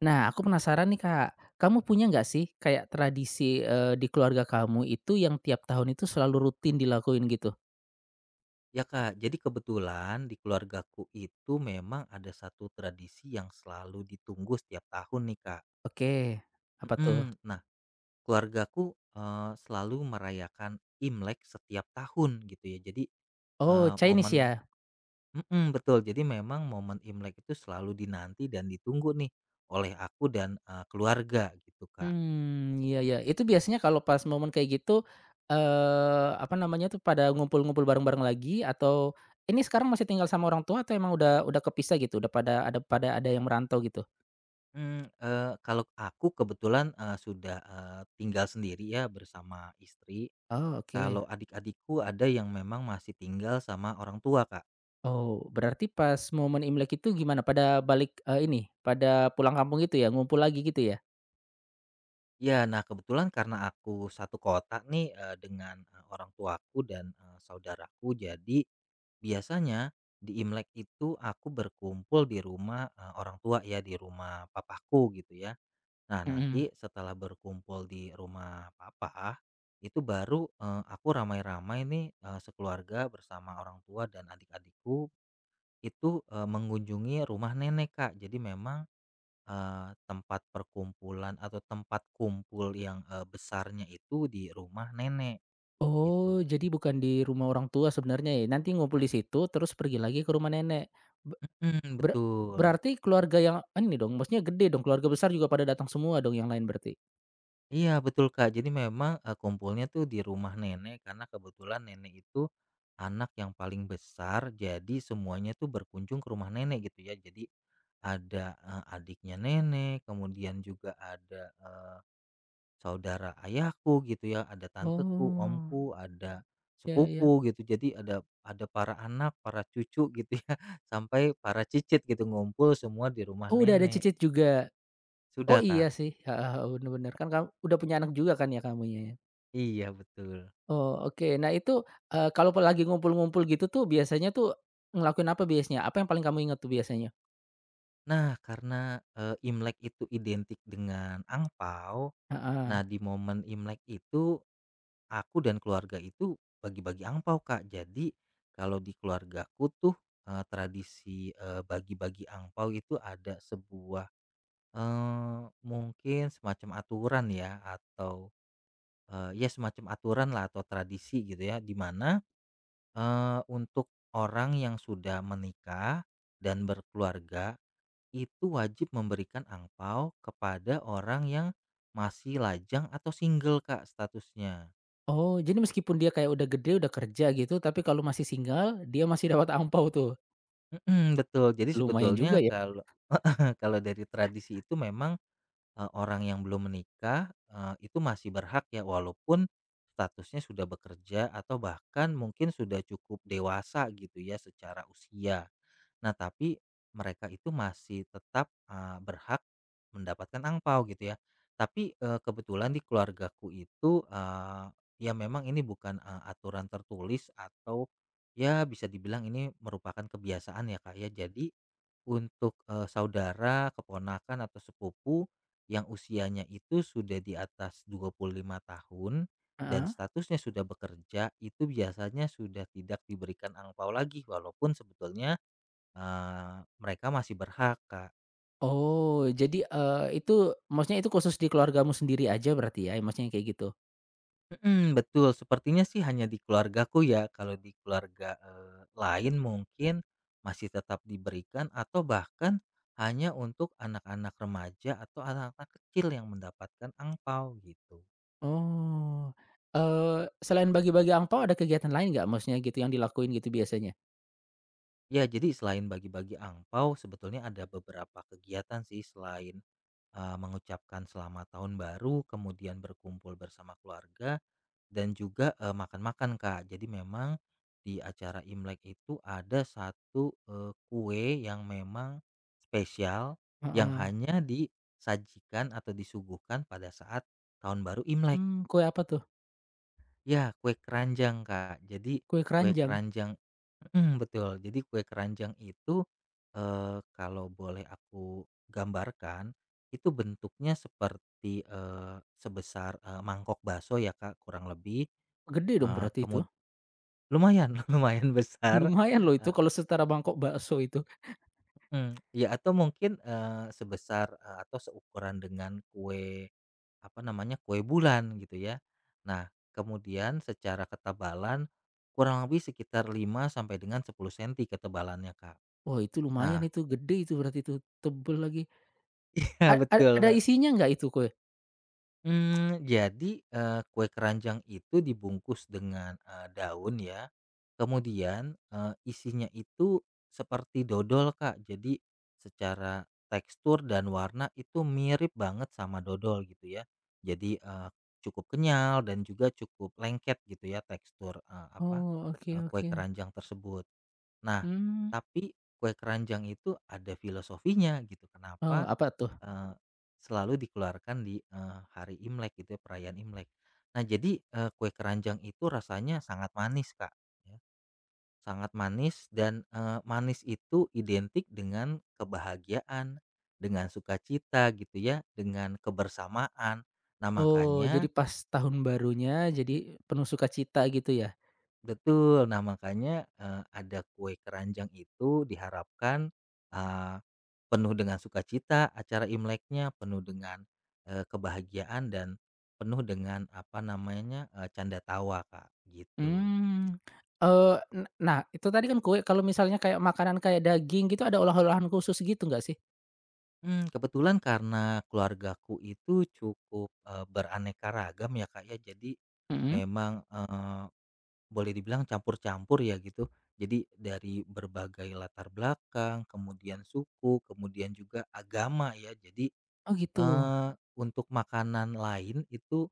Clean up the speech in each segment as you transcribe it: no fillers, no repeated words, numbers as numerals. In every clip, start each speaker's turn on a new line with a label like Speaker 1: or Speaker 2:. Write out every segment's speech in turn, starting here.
Speaker 1: Nah, aku penasaran nih, Kak. Kamu punya nggak sih kayak tradisi, di keluarga kamu itu yang tiap tahun itu selalu rutin dilakuin gitu?
Speaker 2: Ya Kak, jadi kebetulan di keluargaku itu memang ada satu tradisi yang selalu ditunggu setiap tahun nih Kak.
Speaker 1: Oke, apa tuh?
Speaker 2: Mhm, nah keluargaku, selalu merayakan Imlek setiap tahun gitu ya. Jadi,
Speaker 1: Oh, Chinese
Speaker 2: momen
Speaker 1: ya?
Speaker 2: mhm, betul. Jadi memang momen Imlek itu selalu dinanti dan ditunggu nih oleh aku dan, keluarga gitu Kak.
Speaker 1: Hmm, iya ya. Itu biasanya kalau pas momen kayak gitu, apa namanya tuh, pada ngumpul-ngumpul bareng-bareng lagi atau ini sekarang masih tinggal sama orang tua atau emang udah kepisah gitu, udah pada ada yang merantau gitu?
Speaker 2: Kalau aku kebetulan, sudah, tinggal sendiri ya bersama istri.
Speaker 1: Oh, oke.
Speaker 2: Kalau adik-adikku ada yang memang masih tinggal sama orang tua, Kak.
Speaker 1: Oh, berarti pas momen Imlek itu gimana, pada balik, ini, pada pulang kampung gitu ya, ngumpul lagi gitu ya?
Speaker 2: Ya, nah kebetulan karena aku satu kota nih, dengan, orang tuaku dan, saudaraku, jadi biasanya di Imlek itu aku berkumpul di rumah, orang tua ya, di rumah papaku gitu ya. Nah,
Speaker 1: Mhm.
Speaker 2: nanti setelah berkumpul di rumah papa, itu baru, aku ramai-ramai nih, sekeluarga bersama orang tua dan adik-adikku itu, mengunjungi rumah nenek, Kak. Jadi memang tempat perkumpulan atau tempat kumpul yang, besarnya itu di rumah nenek gitu.
Speaker 1: Oh, jadi bukan di rumah orang tua sebenarnya ya? Nanti ngumpul di situ, terus pergi lagi ke rumah nenek. Be
Speaker 2: Mhm,
Speaker 1: ber
Speaker 2: betul.
Speaker 1: berarti keluarga yang ah, ini dong, maksudnya gede dong, keluarga besar juga pada datang semua dong yang lain berarti?
Speaker 2: Iya betul, Kak. Jadi memang, kumpulnya tuh di rumah nenek karena kebetulan nenek itu anak yang paling besar, jadi semuanya tuh berkunjung ke rumah nenek gitu ya. Jadi ada, adiknya nenek, kemudian juga ada, eh, saudara ayahku gitu ya, ada tanteku,
Speaker 1: Oh,
Speaker 2: omku, ada
Speaker 1: ya ya.
Speaker 2: sepupu gitu. Jadi ada para anak, para cucu gitu ya, sampai para cicit gitu ngumpul semua di rumah
Speaker 1: Oh, udah ada
Speaker 2: nenek.
Speaker 1: cicit juga? Oh,
Speaker 2: Sudah,
Speaker 1: iya
Speaker 2: Kak.
Speaker 1: sih, heeh, bener bener. Kan kamu udah punya anak juga kan ya kamunya ya?
Speaker 2: Iya, betul.
Speaker 1: Oh, oke. Nah itu, kalau lagi ngumpul-ngumpul gitu tuh biasanya tuh ngelakuin apa biasanya? Apa yang paling kamu ingat tuh biasanya?
Speaker 2: Nah, karena, Imlek itu identik dengan angpao, nah
Speaker 1: Heeh.
Speaker 2: di momen Imlek itu aku dan keluarga itu bagi-bagi angpao, Kak. Jadi kalau di keluargaku tuh, tradisi, bagi-bagi angpao itu ada sebuah Eee, mungkin semacam aturan ya atau, ya semacam aturan lah atau tradisi gitu ya di mana, untuk orang yang sudah menikah dan berkeluarga itu wajib memberikan angpau kepada orang yang masih lajang atau single Kak statusnya.
Speaker 1: Oh, jadi meskipun dia kayak udah gede, udah kerja gitu, tapi kalau masih single, dia masih dapat angpau tuh?
Speaker 2: Mhm, betul jadi
Speaker 1: Lumayan
Speaker 2: sebetulnya
Speaker 1: juga ya?
Speaker 2: kalau kalau dari tradisi itu memang orang yang belum menikah, itu masih berhak ya walaupun statusnya sudah bekerja atau bahkan mungkin sudah cukup dewasa gitu ya secara usia. Nah, tapi mereka itu masih tetap, berhak mendapatkan angpau gitu ya. Tapi, kebetulan di keluargaku itu, ya memang ini bukan, aturan tertulis atau ya bisa dibilang ini merupakan kebiasaan ya, Kak, ya. Jadi untuk, saudara, keponakan atau sepupu yang usianya itu sudah di atas 25 tahun dan
Speaker 1: Heeh.
Speaker 2: statusnya sudah bekerja, itu biasanya sudah tidak diberikan angpau lagi walaupun sebetulnya mereka masih berhak, Kak.
Speaker 1: Oh, jadi, itu maksudnya itu khusus di keluargamu sendiri aja berarti ya, maksudnya kayak gitu?
Speaker 2: Mhm, betul. Sepertinya sih hanya di keluargaku ya, kalau di keluarga, lain mungkin masih tetap diberikan atau bahkan hanya untuk anak-anak remaja atau anak-anak kecil yang mendapatkan angpau gitu.
Speaker 1: Oh, selain bagi-bagi angpau, ada kegiatan lain nggak maksudnya gitu yang dilakuin gitu biasanya?
Speaker 2: Ya, jadi selain bagi-bagi angpau sebetulnya ada beberapa kegiatan sih selain, mengucapkan selamat tahun baru, kemudian berkumpul bersama keluarga dan juga, makan-makan, Kak. Jadi memang di acara Imlek itu ada satu kue yang memang spesial, yang
Speaker 1: Heeh.
Speaker 2: hanya disajikan atau disuguhkan pada saat Tahun Baru Imlek.
Speaker 1: Kue apa tuh?
Speaker 2: Ya, kue keranjang, Kak. Jadi
Speaker 1: Kue
Speaker 2: kue
Speaker 1: keranjang?
Speaker 2: keranjang mhm, betul. Jadi kue keranjang itu, kalau boleh aku gambarkan, itu bentuknya seperti, sebesar, mangkok bakso ya, Kak, kurang lebih.
Speaker 1: Gede dong
Speaker 2: Eee,
Speaker 1: berarti itu?
Speaker 2: kemud Lumayan lumayan besar,
Speaker 1: Lumayan loh itu
Speaker 2: eee,
Speaker 1: kalau setara mangkok bakso itu.
Speaker 2: mhm, ya atau mungkin, sebesar, atau seukuran dengan kue, apa namanya, kue bulan gitu ya. Nah, kemudian secara ketebalan kurang lebih sekitar 5 sampai dengan 10 senti ketebalannya, Kak.
Speaker 1: Wah, itu lumayan
Speaker 2: Nah
Speaker 1: itu, gede itu berarti itu, tebel lagi.
Speaker 2: iya
Speaker 1: A a
Speaker 2: betul.
Speaker 1: ada isinya nggak itu kue?
Speaker 2: Jadi, kue keranjang itu dibungkus dengan, daun ya, kemudian, isinya itu seperti dodol, Kak. Jadi secara tekstur dan warna itu mirip banget sama dodol gitu ya. Jadi, cukup kenyal dan juga cukup lengket gitu ya tekstur, apa,
Speaker 1: Oh, oke
Speaker 2: kue
Speaker 1: oke.
Speaker 2: keranjang tersebut. Nah,
Speaker 1: Hmm.
Speaker 2: tapi kue keranjang itu ada filosofinya gitu.
Speaker 1: Oh,
Speaker 2: Kenapa
Speaker 1: apa tuh?
Speaker 2: Eee, selalu dikeluarkan di, hari Imlek gitu ya, perayaan Imlek. Nah jadi, kue keranjang itu rasanya sangat manis, Kak, ya. Sangat manis dan, manis itu identik dengan kebahagiaan, dengan sukacita gitu ya, dengan kebersamaan. Nah
Speaker 1: Oh,
Speaker 2: makanya
Speaker 1: jadi pas tahun barunya jadi penuh sukacita gitu ya?
Speaker 2: betul. Nah, makanya, ada kue keranjang itu diharapkan, eee, penuh dengan sukacita acara Imleknya, penuh dengan, kebahagiaan dan penuh dengan apa namanya, canda tawa, Kak, gitu.
Speaker 1: Hmm. Eh. Nah itu tadi kan kue, kalau misalnya kayak makanan kayak daging gitu ada olah-olahan khusus gitu nggak sih?
Speaker 2: Kebetulan karena keluargaku itu cukup, beraneka ragam ya, Kak, ya, jadi
Speaker 1: Mhm.
Speaker 2: memang, boleh dibilang campur-campur ya gitu. Jadi dari berbagai latar belakang, kemudian suku, kemudian juga agama ya. Jadi
Speaker 1: Oh gitu.
Speaker 2: eh untuk makanan lain itu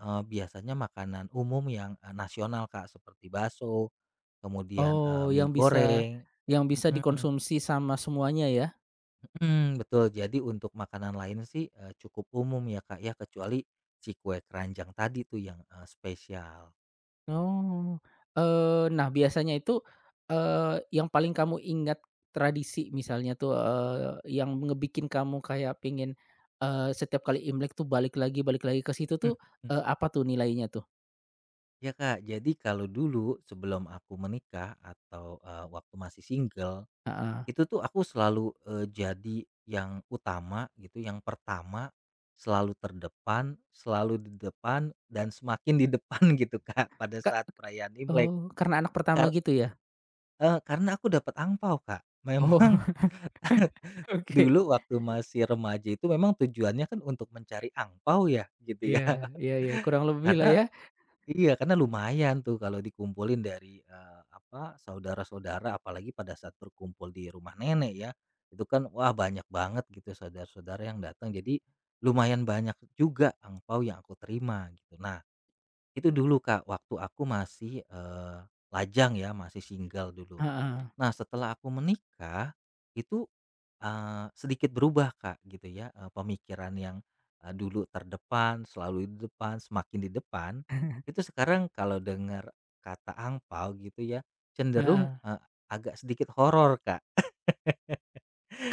Speaker 2: biasanya makanan umum yang nasional Kak seperti bakso, kemudian
Speaker 1: Oh,
Speaker 2: mie
Speaker 1: yang bisa
Speaker 2: goreng.
Speaker 1: yang bisa
Speaker 2: Mm-mm,
Speaker 1: dikonsumsi sama semuanya ya?
Speaker 2: betul. Jadi untuk makanan lain sih cukup umum ya Kak ya kecuali si kue keranjang tadi tuh yang spesial.
Speaker 1: Oh, nah biasanya itu, yang paling kamu ingat tradisi misalnya tuh, yang ngebikin kamu kayak pengen, setiap kali Imlek tuh balik lagi ke situ tuh, apa tuh nilainya tuh?
Speaker 2: Ya Kak, jadi kalau dulu sebelum aku menikah atau, waktu masih single,
Speaker 1: Heeh.
Speaker 2: itu tuh aku selalu, jadi yang utama gitu, yang pertama, selalu terdepan, selalu di depan, dan semakin di depan gitu Kak, pada
Speaker 1: Ka
Speaker 2: saat perayaan Imlek.
Speaker 1: oh, karena anak pertama
Speaker 2: Kar
Speaker 1: gitu ya?
Speaker 2: karena aku dapat angpau Kak. Memang
Speaker 1: Oh, oke.
Speaker 2: dulu waktu masih remaja itu memang tujuannya kan untuk mencari angpau ya, gitu
Speaker 1: Iya
Speaker 2: ya.
Speaker 1: iya iya, kurang lebih lah
Speaker 2: Karena
Speaker 1: ya.
Speaker 2: iya, karena lumayan tuh kalau dikumpulin dari, apa, saudara-saudara apalagi pada saat berkumpul di rumah nenek ya, itu kan wah banyak banget gitu saudara-saudara yang datang jadi lumayan banyak juga angpau yang aku terima gitu. Nah, itu dulu Kak waktu aku masih, lajang ya masih single dulu.
Speaker 1: Heeh.
Speaker 2: Nah setelah aku menikah, itu sedikit berubah, Kak, gitu ya, pemikiran yang, dulu terdepan, selalu di depan, semakin di depan, itu sekarang kalau dengar kata angpau gitu ya, cenderung,
Speaker 1: Heeh.
Speaker 2: agak sedikit horor, Kak.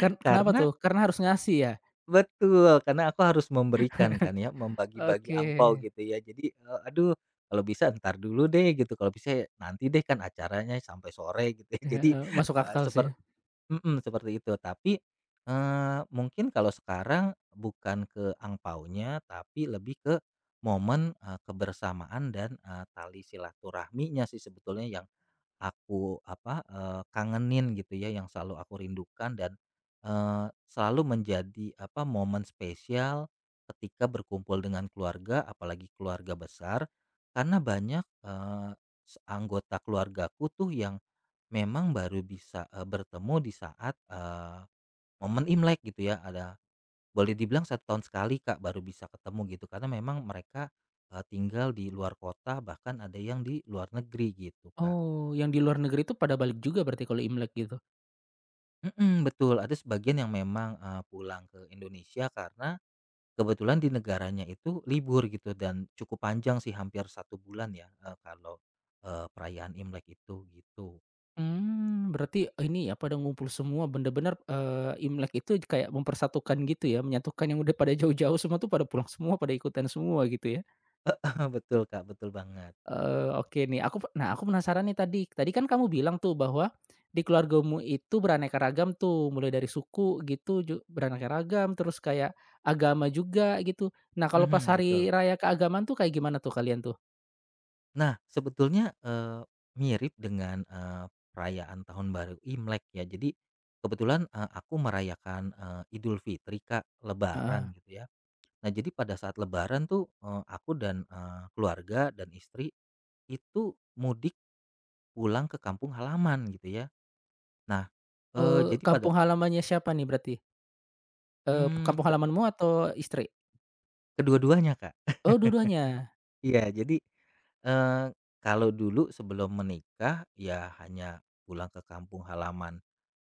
Speaker 1: Ken kenapa
Speaker 2: Karena
Speaker 1: tuh? Karena harus ngasih ya?
Speaker 2: betul, karena aku harus memberikan kan ya, membagi-bagi
Speaker 1: Oke.
Speaker 2: angpau gitu ya. Jadi, aduh kalau bisa ntar dulu deh gitu, kalau bisa nanti deh, kan acaranya sampai sore gitu ya. Jadi,
Speaker 1: Heeh, masuk
Speaker 2: eee,
Speaker 1: akal sih.
Speaker 2: seperti mhm, seperti itu. Tapi, mungkin kalau sekarang bukan ke angpaunya tapi lebih ke momen, kebersamaan dan, tali silaturahminya sih sebetulnya yang aku apa, kangenin gitu ya, yang selalu aku rindukan dan, selalu menjadi apa, momen spesial ketika berkumpul dengan keluarga, apalagi keluarga besar. Karena banyak, anggota keluargaku tuh yang memang baru bisa, bertemu di saat, momen Imlek gitu ya, ada boleh dibilang 1 tahun sekali, Kak, baru bisa ketemu gitu, karena memang mereka, tinggal di luar kota, bahkan ada yang di luar negeri gitu, Kak.
Speaker 1: Oh, yang di luar negeri itu pada balik juga berarti kalau Imlek gitu?
Speaker 2: Mhm, betul, ada sebagian yang memang, pulang ke Indonesia karena kebetulan di negaranya itu libur gitu dan cukup panjang sih, hampir 1 bulan ya, kalau, perayaan Imlek itu, gitu.
Speaker 1: Hmm, berarti eh, ini ya pada ngumpul semua bener-bener, Imlek itu kayak mempersatukan gitu ya, menyatukan yang udah pada jauh-jauh semua tuh pada pulang semua, pada ikutan semua gitu ya.
Speaker 2: Betul, Kak, betul banget.
Speaker 1: Oke nih aku penasaran nih tadi, kan kamu bilang tuh bahwa di keluargamu itu beraneka ragam tuh, mulai dari suku gitu beraneka ragam, terus kayak agama juga gitu. Nah kalau pas
Speaker 2: Mhm,
Speaker 1: hari
Speaker 2: betul.
Speaker 1: raya keagamaan tuh kayak gimana tuh kalian tuh?
Speaker 2: Nah, sebetulnya, mirip dengan, perayaan Tahun Baru Imlek ya. Jadi kebetulan, aku merayakan, Idul Fitri, Kak,
Speaker 1: Heeh.
Speaker 2: lebaran gitu ya. Nah, jadi pada saat lebaran tuh, aku dan, keluarga dan istri itu mudik pulang ke kampung halaman gitu ya. Nah, eee,
Speaker 1: Eee,
Speaker 2: jadi pada
Speaker 1: kampung halamannya siapa nih berarti? Eee,
Speaker 2: mmm,
Speaker 1: kampung
Speaker 2: ke
Speaker 1: halamanmu atau istri?
Speaker 2: kedua-duanya, Kak.
Speaker 1: Oh dua-duanya.
Speaker 2: Iya, jadi Eee, kalau dulu sebelum menikah, ya hanya pulang ke kampung halaman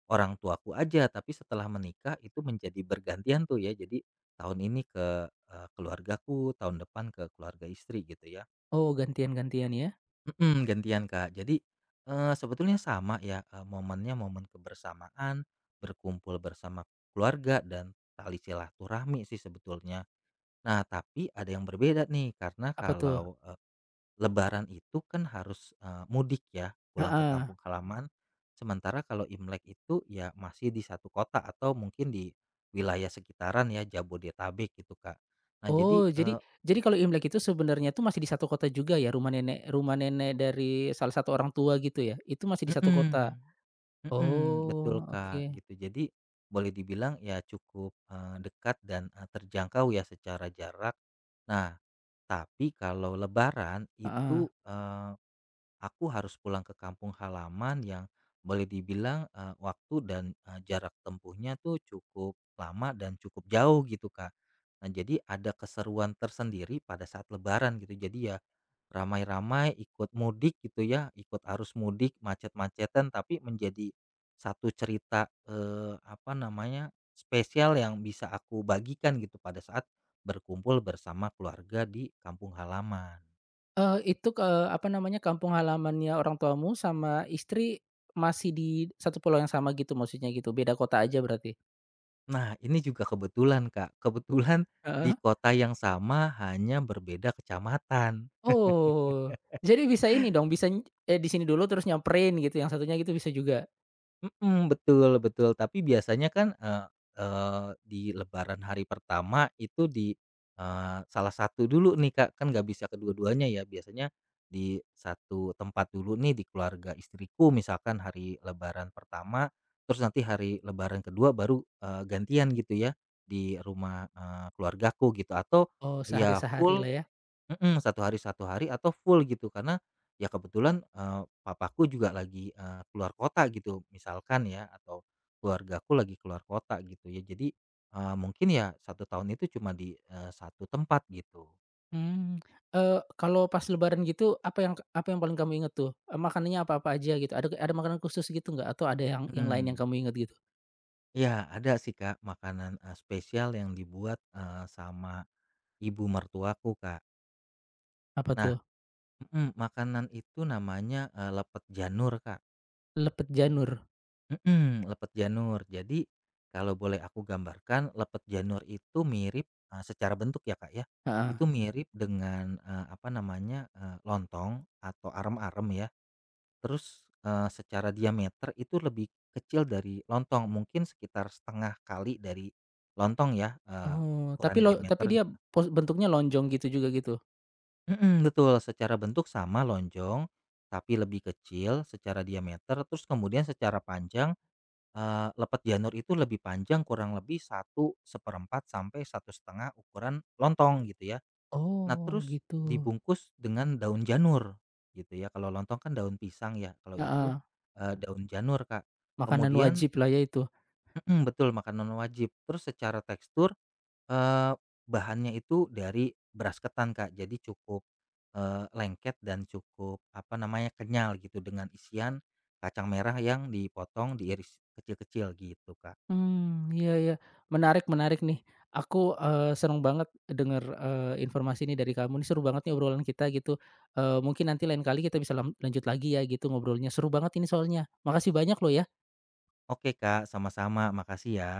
Speaker 2: orang tuaku aja, tapi setelah menikah itu menjadi bergantian tuh ya. Jadi tahun ini ke, keluargaku, tahun depan ke keluarga istri gitu ya.
Speaker 1: Oh, gantian-gantian ya?
Speaker 2: Gantian, Kak. Jadi, sebetulnya sama ya, momennya momen kebersamaan, berkumpul bersama keluarga dan tali silaturahmi sih sebetulnya. Nah, tapi ada yang berbeda nih, karena
Speaker 1: Apa tuh?
Speaker 2: kalau, lebaran itu kan harus, mudik ya, pulang ke
Speaker 1: Heeh.
Speaker 2: kampung halaman. Sementara kalau Imlek itu ya masih di satu kota atau mungkin di wilayah sekitaran ya, Jabodetabek gitu, Kak. Nah jadi,
Speaker 1: Oh, jadi
Speaker 2: eee
Speaker 1: jadi kalau Imlek itu sebenarnya tuh masih di satu kota juga ya? Rumah nenek dari salah satu orang tua gitu ya? Itu masih di satu kota?
Speaker 2: mhm, mhm, betul,
Speaker 1: Oh,
Speaker 2: Kak,
Speaker 1: oke.
Speaker 2: gitu. Jadi boleh dibilang ya cukup, dekat dan, terjangkau ya secara jarak. Nah, tapi kalau lebaran
Speaker 1: Heeh.
Speaker 2: itu, aku harus pulang ke kampung halaman yang boleh dibilang waktu dan jarak tempuhnya tuh cukup lama dan cukup jauh gitu Kak. Nah, jadi ada keseruan tersendiri pada saat lebaran gitu. Jadi ya ramai-ramai ikut mudik gitu ya, ikut arus mudik macet-macetan tapi menjadi satu cerita apa namanya? Spesial yang bisa aku bagikan gitu pada saat berkumpul bersama keluarga di kampung halaman.
Speaker 1: Itu ke apa namanya, kampung halamannya orang tuamu sama istri masih di satu pulau yang sama gitu maksudnya gitu? Beda kota aja berarti?
Speaker 2: Nah, ini juga kebetulan, Kak. Kebetulan di
Speaker 1: Heeh.
Speaker 2: kota yang sama hanya berbeda kecamatan.
Speaker 1: Oh, jadi bisa ini dong, bisa, di sini dulu terus nyamperin gitu, yang satunya gitu bisa juga?
Speaker 2: Mhm, betul betul. Tapi biasanya kan, eee eee, di lebaran hari pertama itu di, salah satu dulu nih, Kak, kan nggak bisa kedua-duanya ya. Biasanya di satu tempat dulu nih, di keluarga istriku misalkan hari lebaran pertama, terus nanti hari lebaran kedua baru, gantian gitu ya, di rumah, keluargaku gitu. Atau
Speaker 1: Oh,
Speaker 2: ya
Speaker 1: sehari-sehari
Speaker 2: full
Speaker 1: lah ya?
Speaker 2: mhm, 1 hari satu hari atau full gitu karena ya kebetulan, papaku juga lagi, keluar kota gitu misalkan ya atau keluargaku lagi keluar kota gitu ya jadi, mungkin ya 1 tahun itu cuma di, 1 tempat gitu.
Speaker 1: Mmm, kalau pas lebaran gitu, apa yang paling kamu inget tuh? Makanannya apa-apa aja gitu? Ada makanan khusus gitu nggak? Atau ada yang lain yang
Speaker 2: Mhm.
Speaker 1: kamu inget gitu?
Speaker 2: Iya ada sih Kak makanan, spesial yang dibuat, sama ibu mertuaku Kak.
Speaker 1: Apa
Speaker 2: Nah
Speaker 1: tuh?
Speaker 2: mhm, makanan itu namanya, lepet janur Kak.
Speaker 1: Lepet janur?
Speaker 2: Mhm, lepet janur. Jadi, kalau boleh aku gambarkan lepet janur itu mirip, secara bentuk ya, Kak, ya,
Speaker 1: Heeh.
Speaker 2: itu mirip dengan, apa namanya, lontong atau arem-arem ya. Terus, secara diameter itu lebih kecil dari lontong, mungkin sekitar setengah kali dari lontong ya,
Speaker 1: Oh,
Speaker 2: ukuran
Speaker 1: tapi dia
Speaker 2: diameternya.
Speaker 1: bentuknya lonjong gitu juga gitu?
Speaker 2: Mhm, betul, secara bentuk sama lonjong, tapi lebih kecil secara diameter, terus kemudian secara panjang lepet janur itu lebih panjang kurang lebih satu seperempat sampai satu setengah ukuran lontong gitu ya. Nah
Speaker 1: Oh,
Speaker 2: terus
Speaker 1: gitu.
Speaker 2: dibungkus dengan daun janur gitu ya, kalau lontong kan daun pisang ya, kalau itu,
Speaker 1: Heeh,
Speaker 2: mhm, daun janur, Kak.
Speaker 1: makanan
Speaker 2: Kemudian
Speaker 1: wajib lah ya itu?
Speaker 2: betul makanan wajib. Terus secara tekstur, eee, bahannya itu dari beras ketan, Kak, jadi cukup, lengket dan cukup apa namanya, kenyal gitu dengan isian kacang merah yang dipotong, diiris kecil-kecil gitu, Kak.
Speaker 1: Hmm, iya iya. Menarik menarik nih. Aku, seneng banget denger, informasi ini dari kamu nih, seru banget nih obrolan kita gitu. Mungkin nanti lain kali kita bisa lanjut lagi ya gitu ngobrolnya, seru banget ini soalnya. Makasih banyak loh ya.
Speaker 2: Oke Kak, sama-sama. Makasih ya.